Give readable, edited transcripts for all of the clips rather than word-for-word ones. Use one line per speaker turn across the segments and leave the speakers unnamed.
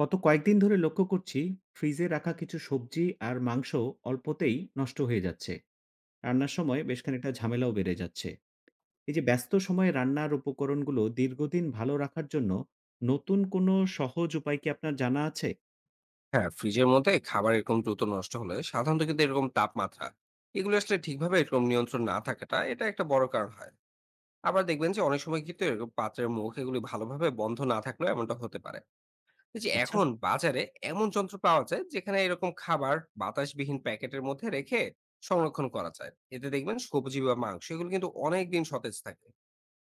গত কয়েকদিন ধরে লক্ষ্য করছি ফ্রিজে রাখা কিছু সবজি আর মাংস অল্পতেই নষ্ট হয়ে যাচ্ছে। রান্নার সময় বেশ খানিকটা ঝামেলাও বেড়ে যাচ্ছে। এই যে ব্যস্ত সময়ে রান্নার উপকরণগুলো দীর্ঘদিন ভালো রাখার জন্য নতুন কোনো সহজ উপায় কি আপনার জানা আছে?
হ্যাঁ, ফ্রিজের মধ্যে খাবার এরকম দ্রুত নষ্ট হলে সাধারণত কিন্তু এরকম তাপমাত্রা এগুলো আসলে ঠিকভাবে এরকম নিয়ন্ত্রণ না থাকাটা এটা একটা বড় কারণ হয়। আবার দেখবেন যে অনেক সময় কিন্তু এরকম পাত্রের মুখ এগুলি ভালোভাবে বন্ধ না থাকলেও এমনটা হতে পারে। এই যে
আচ্ছা।
এখন বাজারে এমন যন্ত্র পাওয়া যায় যেখানে এরকম খাবার বাতাসবিহীন প্যাকেটের মধ্যে রেখে সংরক্ষণ করা যায়। এতে দেখবেন সবজি বা মাংস এগুলো কিন্তু অনেক দিন সতেজ থাকে।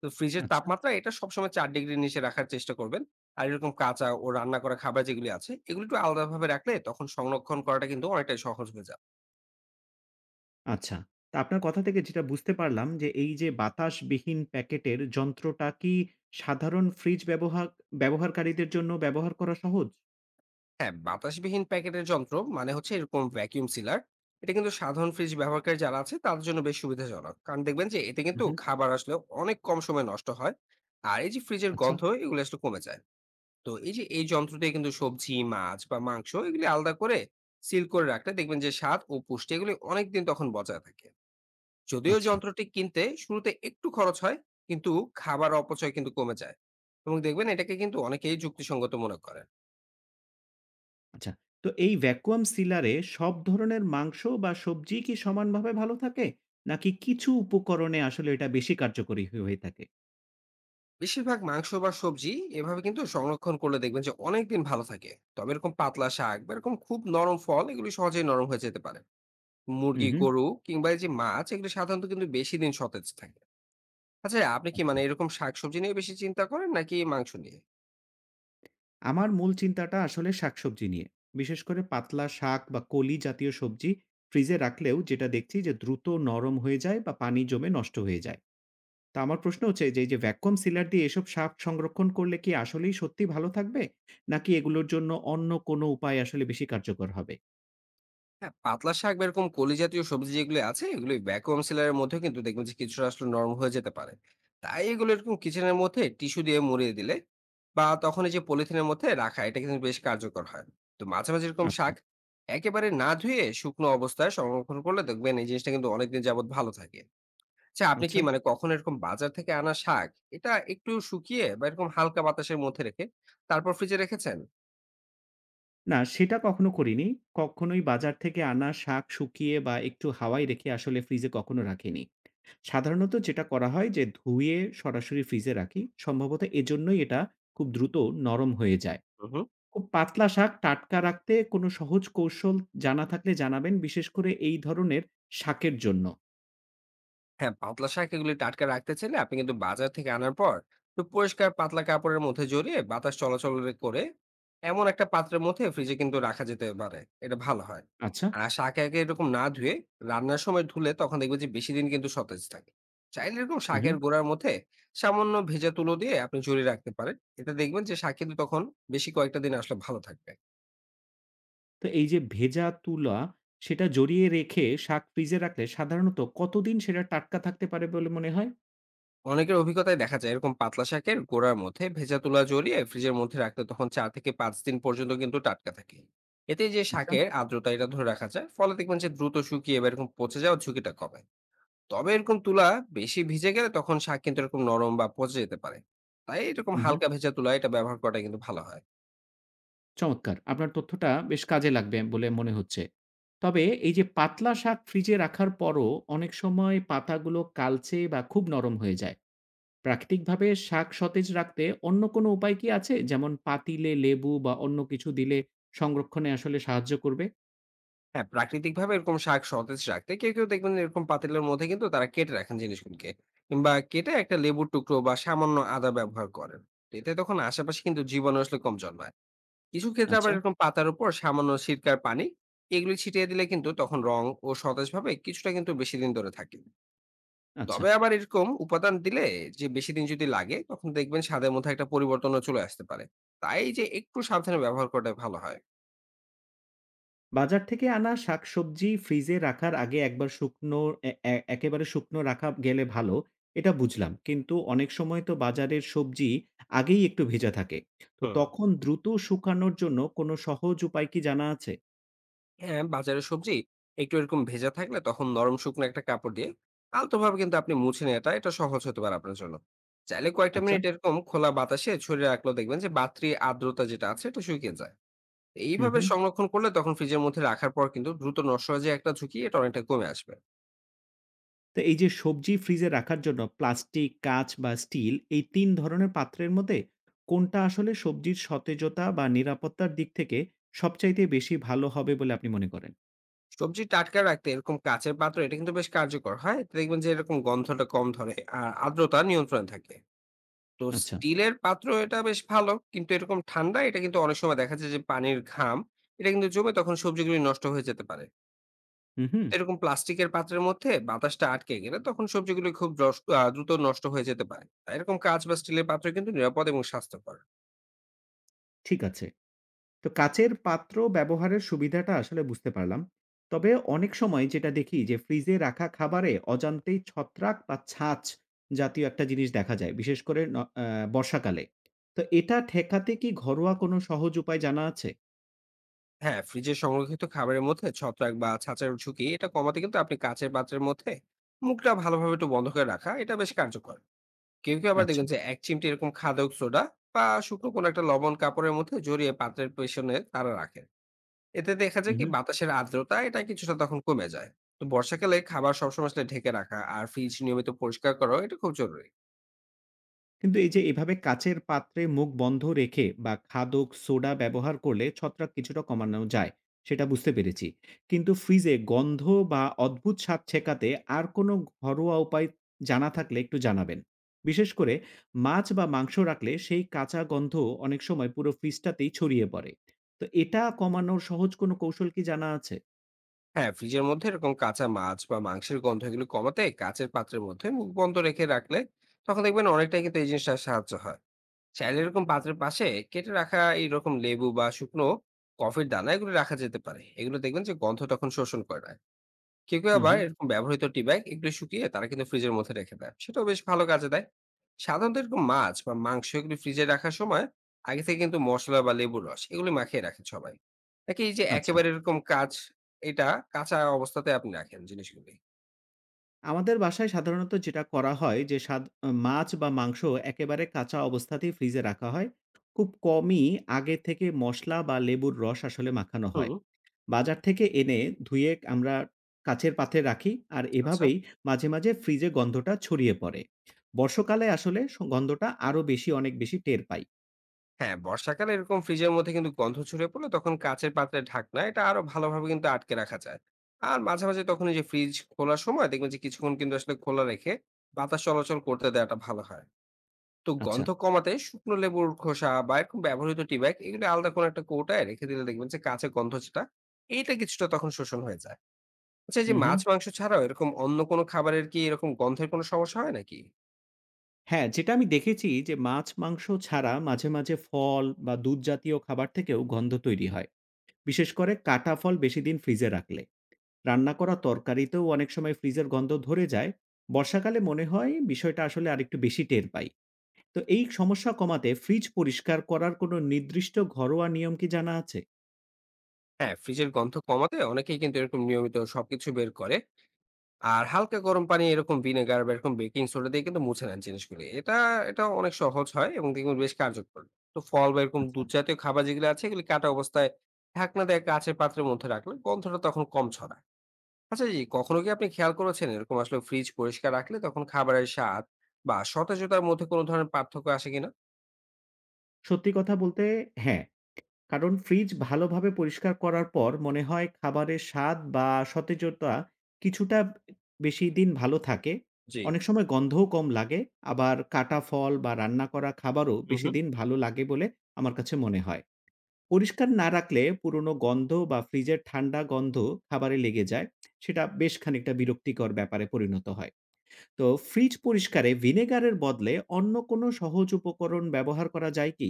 তো ফ্রিজের
আচ্ছা।
তাপমাত্রা এটা সবসময় ৪ ডিগ্রির নিচে রাখার চেষ্টা করবেন। আর এরকম কাঁচা ও রান্না করা খাবার যেগুলি আছে, এগুলো একটু আলাদাভাবে রাখলে তখন সংরক্ষণ করাটা কিন্তু অনেকটাই সহজ হয়ে যায়।
আচ্ছা, তা আপনার কথা থেকে যেটা বুঝতে পারলাম যে এই যে বাতাসবিহীন প্যাকেটের যন্ত্রটা কি সাধারণ ফ্রিজ ব্যবহারকারীদের জন্য ব্যবহার করা সহজ?
হ্যাঁ, বাতাসবিহীন প্যাকেটের যন্ত্র মানে হচ্ছে এরকম ভ্যাকুয়াম সিলার। এটা কিন্তু সাধারণ ফ্রিজ ব্যবহারকারী যারা আছে তাদের জন্য বেশ সুবিধাজনক। কারণ দেখবেন যে এতে কিন্তু
হুম।
খাবার আসলে অনেক কম সময়ে নষ্ট হয়। আর এই যে ফ্রিজের
আচ্ছা।
গন্ধ এগুলো আসলে কমে যায়। তো এই যে এই যন্ত্র দিয়ে কিন্তু সবজি, মাছ বা মাংস এগুলি আলাদা করে সিল করে রাখলে দেখবেন যে স্বাদ ও পুষ্টি এগুলি অনেকদিন তখন বজায় থাকে। যদিও
আচ্ছা।
যন্ত্রটি কিনতে শুরুতে একটু খরচ হয়, কিন্তু খাবার অপচয় কিন্তু কমে যায় এবং দেখবেন এটাকে কিন্তু অনেকেই যুক্তিসঙ্গত মনে করেন।
আচ্ছা, তো এই ভ্যাকুয়াম সিলারে সব ধরনের মাংস বা সবজি কি সমানভাবে ভালো থাকে? নাকি কিছু উপকরণে আসলে এটা বেশি কার্যকরী হয়ে থাকে?
বেশিরভাগ মাংস বা সবজি এভাবে কিন্তু সংরক্ষণ করলে দেখবেন যে অনেকদিন ভালো থাকে, তবে এরকম পাতলা শাক বা এরকম খুব নরম ফল এগুলি সহজেই নরম হয়ে যেতে পারে।
হুম,
মুরগি,
হুম।
গরু কিংবা এই যে মাছ এগুলি সাধারণত কিন্তু বেশি দিন সতেজ থাকে। আচ্ছা, আপনি কি
আচ্ছা।
মানে এরকম শাকসবজি নিয়ে বেশি চিন্তা করেন, নাকি মাংস নিয়ে?
আমার মূল চিন্তাটা আসলে শাকসবজি নিয়ে। বিশেষ করে পাতলা শাক বা কলি জাতীয় সবজি ফ্রিজে রাখলেও যেটা দেখছি যে দ্রুত নরম হয়ে যায় বা পানি জমে নষ্ট হয়ে যায়। তো আমার প্রশ্ন হচ্ছে যে এই যে ভ্যাকুয়াম সিলার দিয়ে এসব শাক সংরক্ষণ করলে কি আসলেই সত্যি ভালো থাকবে? নাকি এগুলোর জন্য অন্য কোনো উপায় আসলে বেশি কার্যকর হবে?
হ্যাঁ, পাতলা শাক বা এরকম কলি জাতীয় সবজি যেগুলো আছে, এগুলো ভ্যাকুয়াম সিলারের মধ্যেও কিন্তু দেখবেন যে কিছুটা আসলে নরম হয়ে যেতে পারে। তাই এগুলো এরকম কিচেনের মধ্যে টিস্যু দিয়ে মুড়িয়ে দিলে বা তখন এই যে পলিথিনের মধ্যে রাখা, এটা কিন্তু বেশ কার্যকর হয়। তো মাঝে, মাঝে এরকম
আচ্ছা,
শাক একেবারে না ধুয়ে শুকনো অবস্থায় সংরক্ষণ করলে দেখবেন এই জিনিসটা কিন্তু অনেকদিন যাবৎ ভালো থাকে। আচ্ছা, আপনি কি
আচ্ছা।
মানে কখনো এরকম বাজার থেকে আনা শাক, এটা একটু শুকিয়ে বা এরকম হালকা বাতাসের মধ্যে রেখে তারপর ফ্রিজে রেখেছেন?
না, সেটা কখনো করিনি। কখনোই বাজার থেকে আনা শাক শুকিয়ে বা একটু হাওয়ায় রেখে আসলে ফ্রিজে কখনো রাখিনি। সাধারণত যেটা করা হয় যে ধুয়ে সরাসরি ফ্রিজে রাখি। সম্ভবত এজন্যই এটা খুব দ্রুত নরম হয়ে যায়।
হু, হু।
খুব পাতলা শাক টাটকা রাখতে কোনো সহজ কৌশল জানা থাকলে জানাবেন, বিশেষ করে এই ধরনের শাকের জন্য।
হ্যাঁ, পাতলা শাক এগুলি টাটকা রাখতে চাইলে আপনি কিন্তু বাজার থেকে আনার পর একটু পরিষ্কার পাতলা কাপড়ের মধ্যে জড়িয়ে বাতাস চলাচল করে এমন একটা পাত্রের মধ্যে ফ্রিজে কিন্তু রাখা যেতে পারে। এটা ভালো হয়।
আচ্ছা।
আর শাক আগে এরকম না ধুয়ে রান্নার সময় ধুলে তখন দেখবে যে বেশি দিন কিন্তু সতেজ থাকে। চাইলে এরকম
হু, হু।
শাকের গোড়ার মধ্যে সামান্য ভেজা তুলো দিয়ে আপনি জড়িয়ে রাখতে পারেন। এটা দেখবেন যে শাক কিন্তু তখন বেশি কয়েকটা দিন আসলে ভালো থাকবে।
তো এই যে ভেজা তুলা, সেটা জড়িয়ে রেখে শাক ফ্রিজে রাখলে সাধারণত কতদিন সেটা টাটকা থাকতে পারে বলে মনে হয়?
অনেকের অভিজ্ঞতায় দেখা যায় এরকম পাতলা শাকের গোড়ার মধ্যে ভেজা তুলা জড়িয়ে ফ্রিজের মধ্যে রাখতে তখন ৪ থেকে ৫ দিন পর্যন্ত কিন্তু টাটকা থাকে। এতে যে
আচ্ছা।
শাকের আর্দ্রতা এটা ধরে রাখা যায়, ফলে দেখবেন যে দ্রুত শুকিয়ে বা এরকম পচে যাওয়ার ঝুঁকিটা কমে। তবে এরকম তুলা বেশি ভিজে গেলে তখন শাক কিন্তু এরকম নরম বা পচে যেতে পারে। তাই এরকম
হু, হু।
হালকা ভেজা তুলা এটা ব্যবহার করাটা কিন্তু ভালো হয়।
চমৎকার! আপনার তথ্যটা বেশ কাজে লাগবে বলে মনে হচ্ছে। তবে এই যে পাতলা শাক ফ্রিজে রাখার পরও অনেক সময় পাতাগুলো কালচে বা খুব নরম হয়ে যায়। প্রাকৃতিকভাবে শাক সতেজ রাখতে অন্য কোনো উপায় কি আছে? যেমন পাতিলে লেবু বা অন্য কিছু দিলে সংরক্ষণে আসলে সাহায্য করবে?
হ্যাঁ, প্রাকৃতিকভাবে এরকম শাক সতেজ রাখতে কেউ, কেউ দেখবেন এরকম পাতিলের মধ্যে কিন্তু তারা কেটে রাখেন জিনিসগুলোকে। কিংবা কেটে একটা লেবুর টুকরো বা সামান্য আদা ব্যবহার করেন। এতে তখন আশেপাশে কিন্তু জীবাণু আসলে কম জন্মায়। কিছু ক্ষেত্রে আবার
আচ্ছা।
এরকম পাতার উপর সামান্য সিরকার পানি এগুলি ছিটিয়ে দিলে কিন্তু তখন রং ও সতেজভাবে কিছুটা কিন্তু বেশি দিন ধরে থাকে।
আচ্ছা।
তবে আবার এরকম উপাদান দিলে যে বেশি দিন যদি লাগে তখন দেখবেন স্বাদের মধ্যে একটা পরিবর্তনও চলে আসতে পারে। তাই যে একটু সাবধানে ব্যবহার করাটাই ভালো হয়।
বাজার থেকে আনা শাকসবজি ফ্রিজে রাখার আগে একবার শুকনো এ এ একেবারে শুকনো রাখা গেলে ভালো, এটা বুঝলাম। কিন্তু অনেক সময় তো বাজারের সবজি আগেই একটু ভেজা থাকে। তো
হুম।
তখন দ্রুত শুকানোর জন্য কোনো সহজ উপায় কি জানা আছে?
হ্যাঁ, বাজারের সবজি একটু এরকম ভেজা থাকলে তখন নরম শুকনো একটা কাপড় দিয়ে আলতোভাবে কিন্তু আপনি মুছে নেওয়াটা এটা সহজ হতে পারে আপনার জন্য। চাইলে কয়েকটা
আচ্ছা,
মিনিট এরকম খোলা বাতাসে ছড়িয়ে রাখলেও দেখবেন যে বাত্রি আর্দ্রতা যেটা আছে এটা শুকিয়ে যায়।
হুম,
এইভাবে
হুম।
সংরক্ষণ করলে তখন ফ্রিজের মধ্যে রাখার পর কিন্তু দ্রুত নষ্ট হয়ে যায় একটা ঝুঁকি, এটা অনেকটা কমে আসবে।
তো এই যে সবজি ফ্রিজে রাখার জন্য প্লাস্টিক, কাঁচ বা স্টিল এই ৩ ধরনের পাত্রের মধ্যে কোনটা আসলে সবজির সতেজতা বা নিরাপত্তার দিক থেকে সবচাইতে বেশি ভালো হবে বলে আপনি মনে করেন?
সবজি টাটকা রাখতে এরকম কাঁচের পাত্র এটা কিন্তু বেশ কার্যকর হয়। এতে দেখবেন যে এরকম গন্ধটা কম ধরে আর আর্দ্রতা নিয়ন্ত্রণে থাকে। তো
আচ্ছা,
স্টিলের পাত্র এটা বেশ ভালো। কিন্তু এরকম ঠান্ডা এটা কিন্তু অনেক সময় দেখা যায় যে পানির ঘাম, এটা কিন্তু জমে তখন সবজিগুলি নষ্ট হয়ে যেতে পারে।
হুম, হুম,
এরকম প্লাস্টিকের পাত্রের মধ্যে বাতাসটা আটকে গেলে তখন সবজিগুলি খুব রস দ্রুত নষ্ট হয়ে যেতে পারে। তাই এরকম কাঁচ বা স্টিলের পাত্র কিন্তু নিরাপদ এবং স্বাস্থ্যকর।
ঠিক আছে। তো কাচের পাত্র ব্যবহারের সুবিধাটা আসলে বুঝতে পারলাম। তবে অনেক সময় যেটা দেখি যে ফ্রিজে রাখা খাবারে অজান্তেই ছত্রাক বা ছাঁচ জাতীয় একটা জিনিস দেখা যায়। বিশেষ করে ন আ বর্ষাকালে। তো এটা ঠেকাতে কি ঘরোয়া কোনো সহজ উপায় জানা আছে?
হ্যাঁ, ফ্রিজে সংরক্ষিত খাবারের মধ্যে ছত্রাক বা ছাঁচার ঝুঁকি এটা কমাতে কিন্তু আপনি কাঁচের পাত্রের মধ্যে মুখটা ভালোভাবে একটু বন্ধ করে রাখা এটা বেশ কার্যকর। কেউ, কেউ আবার
আচ্ছা।
দেখবেন যে এক চিমটি এরকম খাদক সোডা বা শুকনো কোনো একটা লবণ কাপড়ের মধ্যে জড়িয়ে পাত্রের পেছনে তারা রাখেন। এতে দেখা যায় কি
উহু।
বাতাসের আর্দ্রতা এটা কিছুটা তখন কমে যায়। তো বর্ষাকালে খাবার সবসময় আসলে ঢেকে রাখা আর ফ্রিজ নিয়মিত পরিষ্কার করাও এটা খুব জরুরি।
কিন্তু এই যে এভাবে কাচের পাত্রে মুখ বন্ধ রেখে বা খাদক সোডা ব্যবহার করলে ছত্রাক কিছুটা কমানো যায় সেটা বুঝতে পেরেছি, কিন্তু ফ্রিজে গন্ধ বা অদ্ভুত স্বাদ ছেকাতে আর কোনো ঘরোয়া উপায় জানা থাকলে একটু জানাবেন। বিশেষ করে মাছ বা মাংস রাখলে সেই কাঁচা গন্ধ অনেক সময় পুরো ফ্রিজটাতেই ছড়িয়ে পড়ে। তো এটা কমানোর সহজ কোনো কৌশল কি জানা আছে?
হ্যাঁ, ফ্রিজের মধ্যে এরকম কাঁচা মাছ বা মাংসের গন্ধ এগুলো কমাতে কাঁচের পাত্রের মধ্যে মুখ বন্ধ রেখে রাখলে তখন দেখবেন অনেকটাই কিন্তু এই জিনিসটার সাহায্য হয়। চাইলে এরকম পাত্রের পাশে কেটে রাখা এইরকম লেবু বা শুকনো কফির দানা এগুলো রাখা যেতে পারে। এগুলো দেখবেন যে গন্ধ তখন শোষণ করে না। কেউ, কেউ
হুম
আবার
হুম।
এরকম ব্যবহৃত টি ব্যাগ এগুলো শুকিয়ে তারা কিন্তু ফ্রিজের মধ্যে রেখে দেয়। সেটাও বেশ ভালো কাজে দেয়। সাধারণত এরকম মাছ বা মাংস এগুলো ফ্রিজে রাখার সময় আগে থেকে কিন্তু মসলা বা লেবুর রস এগুলো মাখিয়ে রাখে সবাই। নাকি এই যে
আচ্ছা।
একেবারে এরকম কাঁচ এটা কাঁচা অবস্থাতে আপনি রাখেন জিনিসগুলি?
আমাদের বাসায় সাধারণত যেটা করা হয় যে মাছ বা মাংস একেবারে কাঁচা অবস্থাতেই ফ্রিজে রাখা হয়। খুব কমই আগে থেকে মসলা বা লেবুর রস আসলে মাখানো
হুম,
হয়। বাজার থেকে এনে ধুয়ে আমরা কাচের পাত্রে রাখি, আর
আচ্ছা।
এভাবেই মাঝে, মাঝে ফ্রিজে গন্ধটা ছড়িয়ে পড়ে। বর্ষাকালে আসলে গন্ধটা আরো বেশি অনেক বেশি টের পাই।
হ্যাঁ, বর্ষাকালে এরকম ফ্রিজের মধ্যে কিন্তু গন্ধ ছড়িয়ে পড়লে তখন কাঁচের পাত্রের ঢাকনা এটা আরো ভালোভাবে কিন্তু আটকে রাখা যায়। আর মাঝে, মাঝে তখন এই যে ফ্রিজ খোলার সময় দেখবেন যে কিছুক্ষণ কিন্তু আসলে খোলা রেখে বাতাস চলাচল করতে দেওয়াটা ভালো হয়। তো
আচ্ছা।
গন্ধ কমাতে শুকনো লেবুর খোসা বা এরকম ব্যবহৃত টি ব্যাগ এগুলো আলাদা কোনো একটা কৌটায় রেখে দিলে দেখবেন যে কাঁচা গন্ধ যেটা এইটা কিছুটা তখন শোষণ হয়ে যায়। আচ্ছা, এই যে
হুম, হুম।
মাছ, মাংস ছাড়াও এরকম অন্য কোনো খাবারের কি এরকম গন্ধের কোনো সমস্যা হয় নাকি?
হ্যাঁ, যেটা আমি দেখেছি যে মাছ, মাংস ছাড়া মাঝে, মাঝে ফল বা দুধ জাতীয় খাবার থেকেও গন্ধ তৈরি হয়। বিশেষ করে কাটা ফল বেশি দিন ফ্রিজে রাখলে। রান্না করা তরকারিতেও অনেক সময় ফ্রিজের গন্ধ ধরে যায়। বর্ষাকালে মনে হয় বিষয়টা আসলে আরেকটু বেশি টের পাই। তো এই সমস্যা কমাতে ফ্রিজ পরিষ্কার করার কোনো নির্দিষ্ট ঘরোয়া নিয়ম কি জানা আছে?
হ্যাঁ, ফ্রিজের গন্ধ কমাতে অনেকেই কিন্তু এরকম নিয়মিত সবকিছু বের করে আর হালকা গরম পানি, এরকম ভিনেগার বা এরকম বেকিং সোডা দিয়ে কিন্তু মুছে নেন জিনিসগুলো। এটা এটা অনেক সহজ হয় এবং দেখবেন বেশ কার্যকর। তো ফল বা এরকম
আচ্ছা।
দুধ জাতীয় খাবার যেগুলো আছে এগুলি কাটা অবস্থায় ঢাকনা দেয় কাঁচের পাত্রের মধ্যে রাখলে গন্ধটা তখন কম ছড়ায়। আচ্ছা জি, কখনো কি আপনি খেয়াল করেছেন এরকম আসলে ফ্রিজ পরিষ্কার রাখলে তখন খাবারের স্বাদ বা সতেজতার মধ্যে কোনো ধরনের পার্থক্য আসে কিনা?
সত্যি কথা বলতে হ্যাঁ। কারণ ফ্রিজ ভালোভাবে পরিষ্কার করার পর মনে হয় খাবারের স্বাদ বা সতেজতা কিছুটা বেশি দিন ভালো থাকে।
জি।
অনেক সময় গন্ধও কম লাগে। আবার কাটা ফল বা রান্না করা খাবারও
হুম,
বেশি
হুম।
দিন ভালো লাগে বলে আমার কাছে মনে হয়। পরিষ্কার না রাখলে পুরনো গন্ধ বা ফ্রিজের ঠান্ডা গন্ধ খাবারে লেগে যায়। সেটা বেশ খানিকটা বিরক্তিকর ব্যাপারে পরিণত হয়। তো ফ্রিজ পরিষ্কারে ভিনেগারের বদলে অন্য কোনো সহজ উপকরণ ব্যবহার করা যায় কি?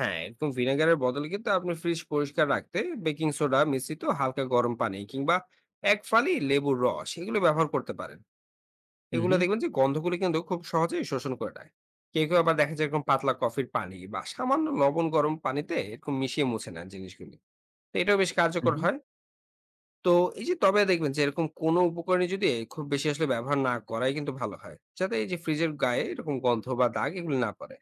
হ্যাঁ, এরকম ভিনেগারের বদলে কিন্তু আপনি ফ্রিজ পরিষ্কার রাখতে বেকিং সোডা মিশ্রিত হালকা গরম পানি কিংবা এক ফালি লেবুর রস এগুলো ব্যবহার করতে পারেন।
হু,
এগুলো
হু।
দেখবেন যে গন্ধগুলো কিন্তু খুব সহজেই শোষণ করে নেয়। কেউ, কেউ আবার দেখা যায় এরকম পাতলা কফির পানি বা সামান্য লবণ গরম পানিতে এরকম মিশিয়ে মুছে নেন জিনিসগুলি। তো এটাও বেশ
হুম,
কার্যকর
হুম।
হয়। তো এই যে তবে দেখবেন যে এরকম কোনো উপকরণে যদি খুব বেশি আসলে ব্যবহার না করাই কিন্তু ভালো হয়, যাতে এই যে ফ্রিজের গায়ে এরকম গন্ধ বা দাগ এগুলো না পড়ে।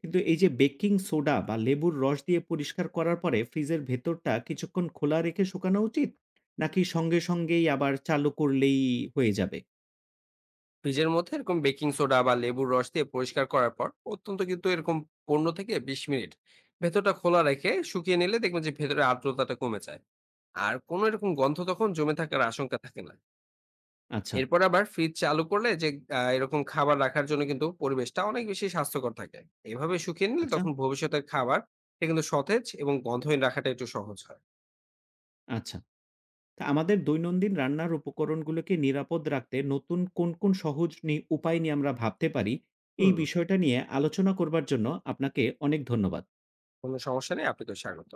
কিন্তু এই যে বেকিং সোডা বা লেবুর রস দিয়ে পরিষ্কার করার পরে ফ্রিজের ভেতরটা কিছুক্ষণ খোলা রেখে শুকানো উচিত? নাকি সঙ্গে সঙ্গেই আবার চালু করলেই হয়ে যাবে?
ফ্রিজের মধ্যে এরকম বেকিং সোডা বা লেবুর রস দিয়ে পরিষ্কার করার পর অত্যন্ত কিন্তু এরকম ১৫ থেকে ২০ মিনিট ভেতরটা খোলা রেখে শুকিয়ে নিলে দেখবেন যে ভেতরে আর্দ্রতাটা কমে যায়। আর কোনো এরকম গন্ধ তখন জমে থাকার আশঙ্কা থাকে না।
আচ্ছা।
এরপর আবার ফ্রিজ চালু করলে যে এরকম খাবার রাখার জন্য কিন্তু পরিবেশটা অনেক বেশি স্বাস্থ্যকর থাকে। এভাবে শুকিয়ে নিলে
আচ্ছা,
তখন ভবিষ্যতের খাবার এটা কিন্তু সতেজ এবং গন্ধহীন রাখাটা একটু সহজ হয়।
আচ্ছা। তা আমাদের দৈনন্দিন রান্নার উপকরণগুলোকে নিরাপদ রাখতে নতুন কোন, কোন সহজ উপায় নিয়ে আমরা ভাবতে পারি? এই
হুম,
বিষয়টা নিয়ে আলোচনা করবার জন্য আপনাকে অনেক ধন্যবাদ।
কোনো সমস্যা নেই। আপনাকেও স্বাগত।